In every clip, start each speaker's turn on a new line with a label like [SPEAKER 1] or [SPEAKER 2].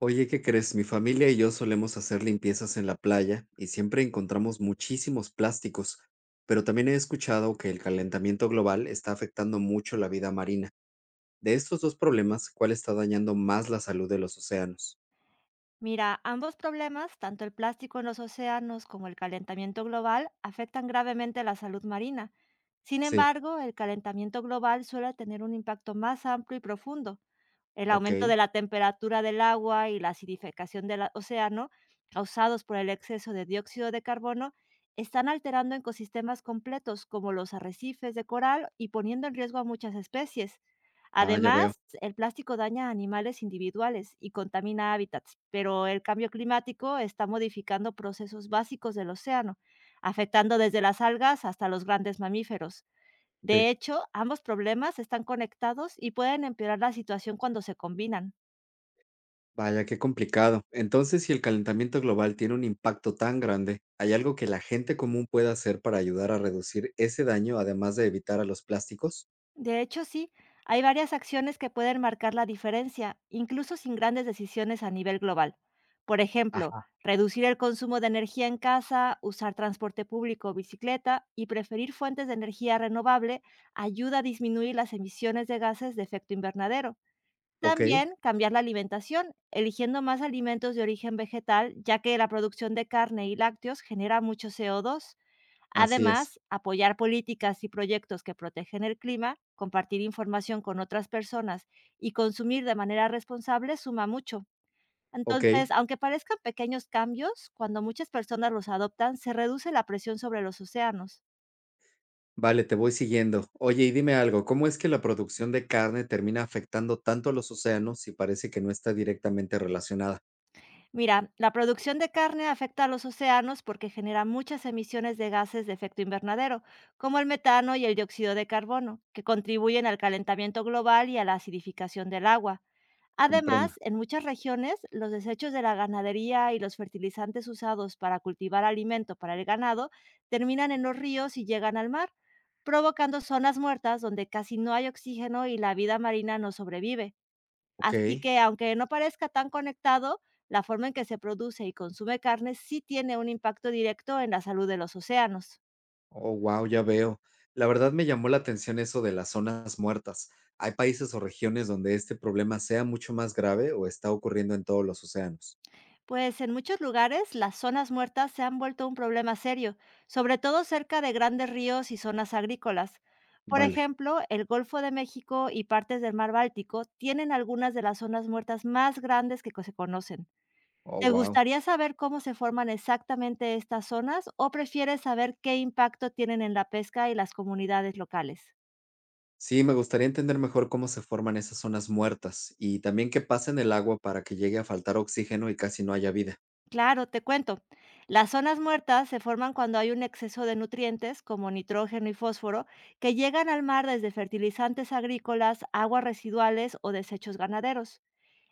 [SPEAKER 1] Oye, ¿qué crees? Mi familia y yo solemos hacer limpiezas en la playa y siempre encontramos muchísimos plásticos, pero también he escuchado que el calentamiento global está afectando mucho la vida marina. De estos dos problemas, ¿cuál está dañando más la salud de los océanos?
[SPEAKER 2] Mira, ambos problemas, tanto el plástico en los océanos como el calentamiento global, afectan gravemente la salud marina. Sin
[SPEAKER 1] Sí,
[SPEAKER 2] embargo, el calentamiento global suele tener un impacto más amplio y profundo. El
[SPEAKER 1] ok.
[SPEAKER 2] aumento de la temperatura del agua y la acidificación del océano, causados por el exceso de dióxido de carbono, están alterando ecosistemas completos como los arrecifes de coral y poniendo en riesgo a muchas especies.
[SPEAKER 1] Ah, ya veo.
[SPEAKER 2] Además, el plástico daña a animales individuales y contamina hábitats, pero el cambio climático está modificando procesos básicos del océano, afectando desde las algas hasta los grandes mamíferos. De
[SPEAKER 1] Sí.
[SPEAKER 2] hecho, ambos problemas están conectados y pueden empeorar la situación cuando se combinan.
[SPEAKER 1] Vaya, qué complicado. Entonces, si el calentamiento global tiene un impacto tan grande, ¿hay algo que la gente común pueda hacer para ayudar a reducir ese daño, además de evitar a los plásticos?
[SPEAKER 2] De hecho, sí, hay varias acciones que pueden marcar la diferencia, incluso sin grandes decisiones a nivel global. Por ejemplo,
[SPEAKER 1] Ajá,
[SPEAKER 2] reducir el consumo de energía en casa, usar transporte público o bicicleta y preferir fuentes de energía renovable ayuda a disminuir las emisiones de gases de efecto invernadero.
[SPEAKER 1] ok,
[SPEAKER 2] También cambiar la alimentación, eligiendo más alimentos de origen vegetal, ya que la producción de carne y lácteos genera mucho CO2.
[SPEAKER 1] así es.
[SPEAKER 2] Además, apoyar políticas y proyectos que protegen el clima, compartir información con otras personas y consumir de manera responsable suma mucho.
[SPEAKER 1] Ok,
[SPEAKER 2] Entonces, aunque parezcan pequeños cambios, cuando muchas personas los adoptan, se reduce la presión sobre los océanos.
[SPEAKER 1] vale, te voy siguiendo. Oye, y dime algo, ¿cómo es que la producción de carne termina afectando tanto a los océanos si parece que no está directamente relacionada?
[SPEAKER 2] Mira, la producción de carne afecta a los océanos porque genera muchas emisiones de gases de efecto invernadero, como el metano y el dióxido de carbono, que contribuyen al calentamiento global y a la acidificación del agua. Además,
[SPEAKER 1] Comprendo.
[SPEAKER 2] en muchas regiones, los desechos de la ganadería y los fertilizantes usados para cultivar alimento para el ganado terminan en los ríos y llegan al mar, provocando zonas muertas donde casi no hay oxígeno y la vida marina no sobrevive.
[SPEAKER 1] Ok,
[SPEAKER 2] Así que, aunque no parezca tan conectado, la forma en que se produce y consume carne sí tiene un impacto directo en la salud de los océanos.
[SPEAKER 1] oh, wow, ya veo. La verdad me llamó la atención eso de las zonas muertas. ¿Hay países o regiones donde este problema sea mucho más grave o está ocurriendo en todos los océanos?
[SPEAKER 2] Pues en muchos lugares las zonas muertas se han vuelto un problema serio, sobre todo cerca de grandes ríos y zonas agrícolas. Por
[SPEAKER 1] Vale,
[SPEAKER 2] ejemplo, el Golfo de México y partes del Mar Báltico tienen algunas de las zonas muertas más grandes que se conocen.
[SPEAKER 1] oh,
[SPEAKER 2] ¿Te
[SPEAKER 1] wow.
[SPEAKER 2] gustaría saber cómo se forman exactamente estas zonas o prefieres saber qué impacto tienen en la pesca y las comunidades locales?
[SPEAKER 1] Sí, me gustaría entender mejor cómo se forman esas zonas muertas y también qué pasa en el agua para que llegue a faltar oxígeno y casi no haya vida.
[SPEAKER 2] Claro, te cuento. Las zonas muertas se forman cuando hay un exceso de nutrientes como nitrógeno y fósforo que llegan al mar desde fertilizantes agrícolas, aguas residuales o desechos ganaderos.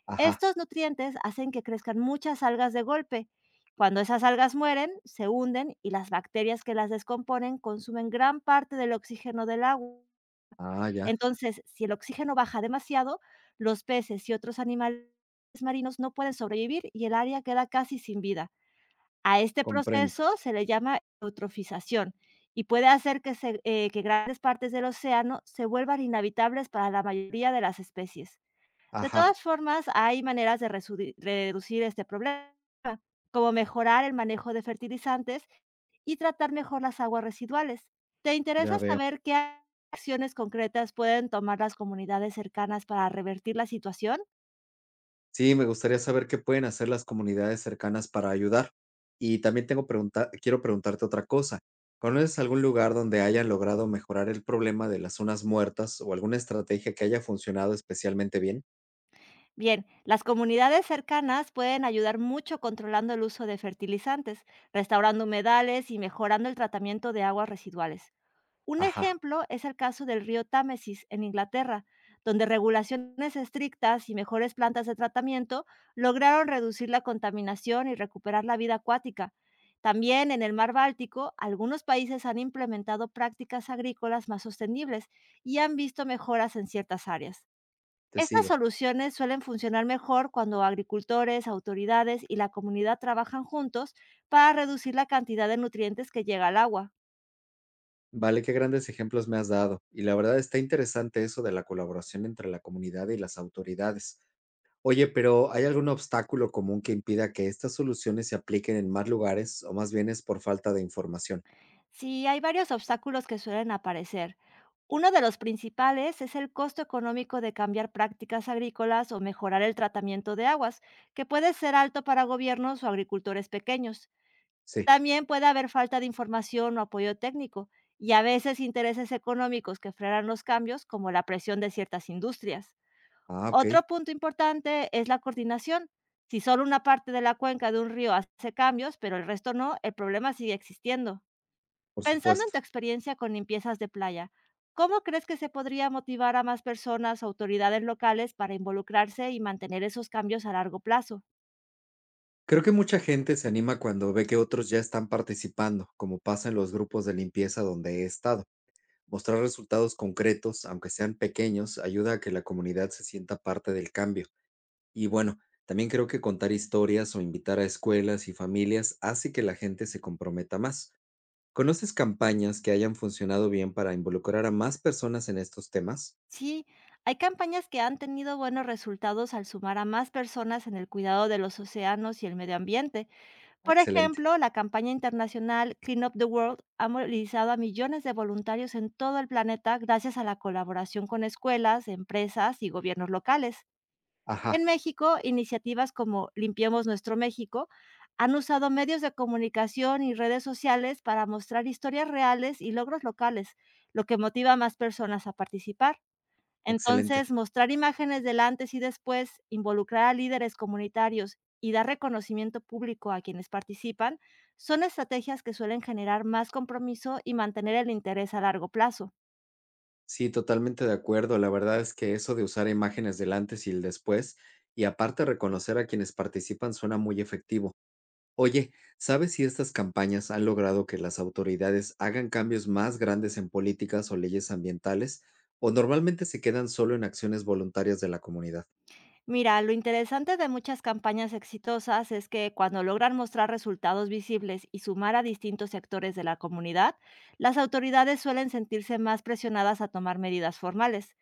[SPEAKER 1] Ajá,
[SPEAKER 2] Estos nutrientes hacen que crezcan muchas algas de golpe. Cuando esas algas mueren, se hunden y las bacterias que las descomponen consumen gran parte del oxígeno del agua.
[SPEAKER 1] ah, ya.
[SPEAKER 2] Entonces, si el oxígeno baja demasiado, los peces y otros animales marinos no pueden sobrevivir y el área queda casi sin vida. A este
[SPEAKER 1] Comprendo.
[SPEAKER 2] proceso se le llama eutrofización y puede hacer que, que grandes partes del océano se vuelvan inhabitables para la mayoría de las especies. De
[SPEAKER 1] Ajá,
[SPEAKER 2] todas formas, hay maneras de reducir este problema como mejorar el manejo de fertilizantes y tratar mejor las aguas residuales. ¿Te interesa
[SPEAKER 1] ya veo.
[SPEAKER 2] saber qué acciones concretas pueden tomar las comunidades cercanas para revertir la situación?
[SPEAKER 1] Sí, me gustaría saber qué pueden hacer las comunidades cercanas para ayudar. Y también tengo pregunta quiero preguntarte otra cosa. ¿Conoces algún lugar donde hayan logrado mejorar el problema de las zonas muertas o alguna estrategia que haya funcionado especialmente bien?
[SPEAKER 2] Bien, las comunidades cercanas pueden ayudar mucho controlando el uso de fertilizantes, restaurando humedales y mejorando el tratamiento de aguas residuales. Un
[SPEAKER 1] Ajá,
[SPEAKER 2] ejemplo es el caso del río Támesis en Inglaterra, donde regulaciones estrictas y mejores plantas de tratamiento lograron reducir la contaminación y recuperar la vida acuática. También en el mar Báltico, algunos países han implementado prácticas agrícolas más sostenibles y han visto mejoras en ciertas áreas.
[SPEAKER 1] te
[SPEAKER 2] Estas
[SPEAKER 1] sigo.
[SPEAKER 2] soluciones suelen funcionar mejor cuando agricultores, autoridades y la comunidad trabajan juntos para reducir la cantidad de nutrientes que llega al agua.
[SPEAKER 1] Vale, qué grandes ejemplos me has dado. Y la verdad está interesante eso de la colaboración entre la comunidad y las autoridades. Oye, pero ¿hay algún obstáculo común que impida que estas soluciones se apliquen en más lugares o más bien es por falta de información?
[SPEAKER 2] Sí, hay varios obstáculos que suelen aparecer. Uno de los principales es el costo económico de cambiar prácticas agrícolas o mejorar el tratamiento de aguas, que puede ser alto para gobiernos o agricultores pequeños.
[SPEAKER 1] Sí.
[SPEAKER 2] También puede haber falta de información o apoyo técnico, y a veces intereses económicos que frenan los cambios, como la presión de ciertas industrias.
[SPEAKER 1] Ah, ok,
[SPEAKER 2] Otro punto importante es la coordinación. Si solo una parte de la cuenca de un río hace cambios, pero el resto no, el problema sigue existiendo.
[SPEAKER 1] por
[SPEAKER 2] Pensando en
[SPEAKER 1] supuesto.
[SPEAKER 2] tu experiencia con limpiezas de playa, ¿cómo crees que se podría motivar a más personas o autoridades locales para involucrarse y mantener esos cambios a largo plazo?
[SPEAKER 1] Creo que mucha gente se anima cuando ve que otros ya están participando, como pasa en los grupos de limpieza donde he estado. Mostrar resultados concretos, aunque sean pequeños, ayuda a que la comunidad se sienta parte del cambio. Y bueno, también creo que contar historias o invitar a escuelas y familias hace que la gente se comprometa más. ¿Conoces campañas que hayan funcionado bien para involucrar a más personas en estos temas?
[SPEAKER 2] Sí, hay campañas que han tenido buenos resultados al sumar a más personas en el cuidado de los océanos y el medio ambiente.
[SPEAKER 1] Ah,
[SPEAKER 2] Por
[SPEAKER 1] excelente.
[SPEAKER 2] ejemplo, la campaña internacional Clean Up the World ha movilizado a millones de voluntarios en todo el planeta gracias a la colaboración con escuelas, empresas y gobiernos locales.
[SPEAKER 1] Ajá,
[SPEAKER 2] En México, iniciativas como Limpiemos Nuestro México han usado medios de comunicación y redes sociales para mostrar historias reales y logros locales, lo que motiva a más personas a participar.
[SPEAKER 1] excelente.
[SPEAKER 2] Entonces, mostrar imágenes del antes y después, involucrar a líderes comunitarios y dar reconocimiento público a quienes participan son estrategias que suelen generar más compromiso y mantener el interés a largo plazo.
[SPEAKER 1] Sí, totalmente de acuerdo. La verdad es que eso de usar imágenes del antes y el después, y aparte reconocer a quienes participan, suena muy efectivo. Oye, ¿sabes si estas campañas han logrado que las autoridades hagan cambios más grandes en políticas o leyes ambientales? ¿O normalmente se quedan solo en acciones voluntarias de la comunidad?
[SPEAKER 2] Mira, lo interesante de muchas campañas exitosas es que cuando logran mostrar resultados visibles y sumar a distintos sectores de la comunidad, las autoridades suelen sentirse más presionadas a tomar medidas formales.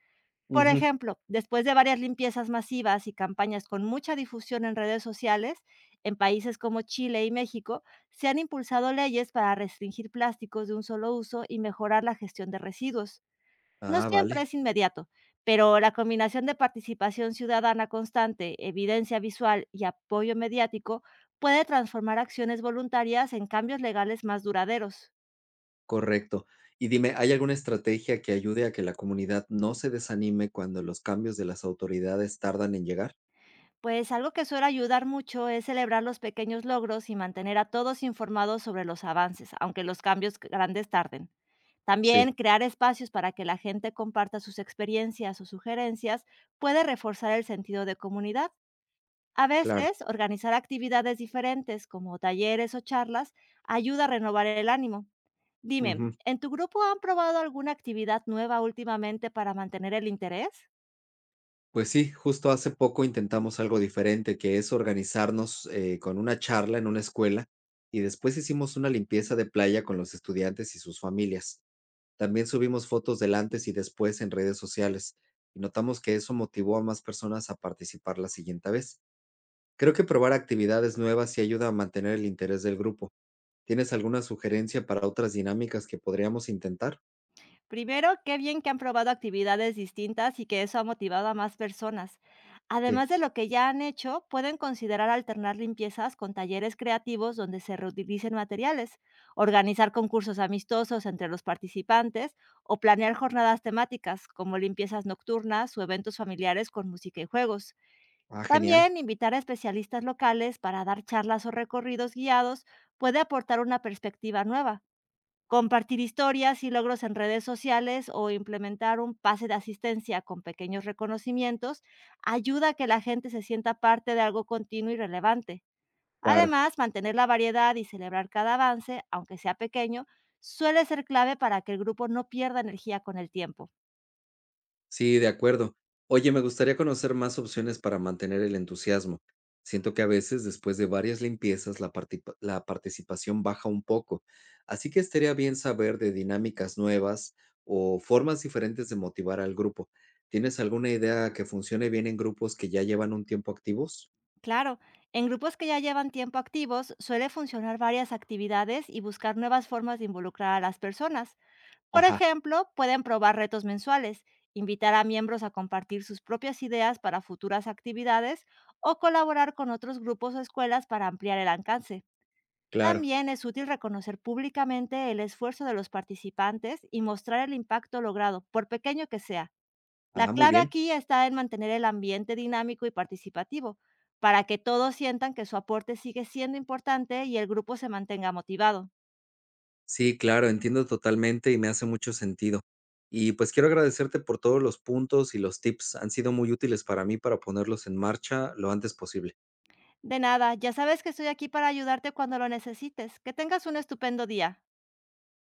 [SPEAKER 2] Por
[SPEAKER 1] Ujú.
[SPEAKER 2] ejemplo, después de varias limpiezas masivas y campañas con mucha difusión en redes sociales, en países como Chile y México se han impulsado leyes para restringir plásticos de un solo uso y mejorar la gestión de residuos. No
[SPEAKER 1] Ah,
[SPEAKER 2] siempre
[SPEAKER 1] vale.
[SPEAKER 2] es inmediato, pero la combinación de participación ciudadana constante, evidencia visual y apoyo mediático puede transformar acciones voluntarias en cambios legales más duraderos.
[SPEAKER 1] Correcto. Y dime, ¿hay alguna estrategia que ayude a que la comunidad no se desanime cuando los cambios de las autoridades tardan en llegar?
[SPEAKER 2] Pues algo que suele ayudar mucho es celebrar los pequeños logros y mantener a todos informados sobre los avances, aunque los cambios grandes tarden. También
[SPEAKER 1] Sí,
[SPEAKER 2] crear espacios para que la gente comparta sus experiencias o sugerencias puede reforzar el sentido de comunidad. A
[SPEAKER 1] claro.
[SPEAKER 2] veces, organizar actividades diferentes como talleres o charlas ayuda a renovar el ánimo. Dime,
[SPEAKER 1] Ujú.
[SPEAKER 2] ¿en tu grupo han probado alguna actividad nueva últimamente para mantener el interés?
[SPEAKER 1] Pues sí, justo hace poco intentamos algo diferente, que es organizarnos con una charla en una escuela y después hicimos una limpieza de playa con los estudiantes y sus familias. También subimos fotos del antes y después en redes sociales y notamos que eso motivó a más personas a participar la siguiente vez. Creo que probar actividades nuevas sí ayuda a mantener el interés del grupo. ¿Tienes alguna sugerencia para otras dinámicas que podríamos intentar?
[SPEAKER 2] Primero, qué bien que han probado actividades distintas y que eso ha motivado a más personas.
[SPEAKER 1] Sí.
[SPEAKER 2] Además de lo que ya han hecho, pueden considerar alternar limpiezas con talleres creativos donde se reutilicen materiales, organizar concursos amistosos entre los participantes o planear jornadas temáticas como limpiezas nocturnas o eventos familiares con música y juegos.
[SPEAKER 1] Ah, genial.
[SPEAKER 2] También invitar a especialistas locales para dar charlas o recorridos guiados puede aportar una perspectiva nueva. Compartir historias y logros en redes sociales o implementar un pase de asistencia con pequeños reconocimientos ayuda a que la gente se sienta parte de algo continuo y relevante.
[SPEAKER 1] Claro.
[SPEAKER 2] Además, mantener la variedad y celebrar cada avance, aunque sea pequeño, suele ser clave para que el grupo no pierda energía con el tiempo.
[SPEAKER 1] Sí, de acuerdo. Oye, me gustaría conocer más opciones para mantener el entusiasmo. Siento que a veces, después de varias limpiezas, la participación baja un poco. Así que estaría bien saber de dinámicas nuevas o formas diferentes de motivar al grupo. ¿Tienes alguna idea que funcione bien en grupos que ya llevan un tiempo activos?
[SPEAKER 2] Claro, en grupos que ya llevan tiempo activos suele funcionar varias actividades y buscar nuevas formas de involucrar a las personas. Por
[SPEAKER 1] Ajá,
[SPEAKER 2] ejemplo, pueden probar retos mensuales, invitar a miembros a compartir sus propias ideas para futuras actividades o colaborar con otros grupos o escuelas para ampliar el alcance.
[SPEAKER 1] claro.
[SPEAKER 2] También es útil reconocer públicamente el esfuerzo de los participantes y mostrar el impacto logrado, por pequeño que sea. La
[SPEAKER 1] Ah, muy
[SPEAKER 2] clave
[SPEAKER 1] bien.
[SPEAKER 2] aquí está en mantener el ambiente dinámico y participativo, para que todos sientan que su aporte sigue siendo importante y el grupo se mantenga motivado.
[SPEAKER 1] Sí, claro, entiendo totalmente y me hace mucho sentido. Y pues quiero agradecerte por todos los puntos y los tips. Han sido muy útiles para mí para ponerlos en marcha lo antes posible.
[SPEAKER 2] De nada, ya sabes que estoy aquí para ayudarte cuando lo necesites. Que tengas un estupendo día.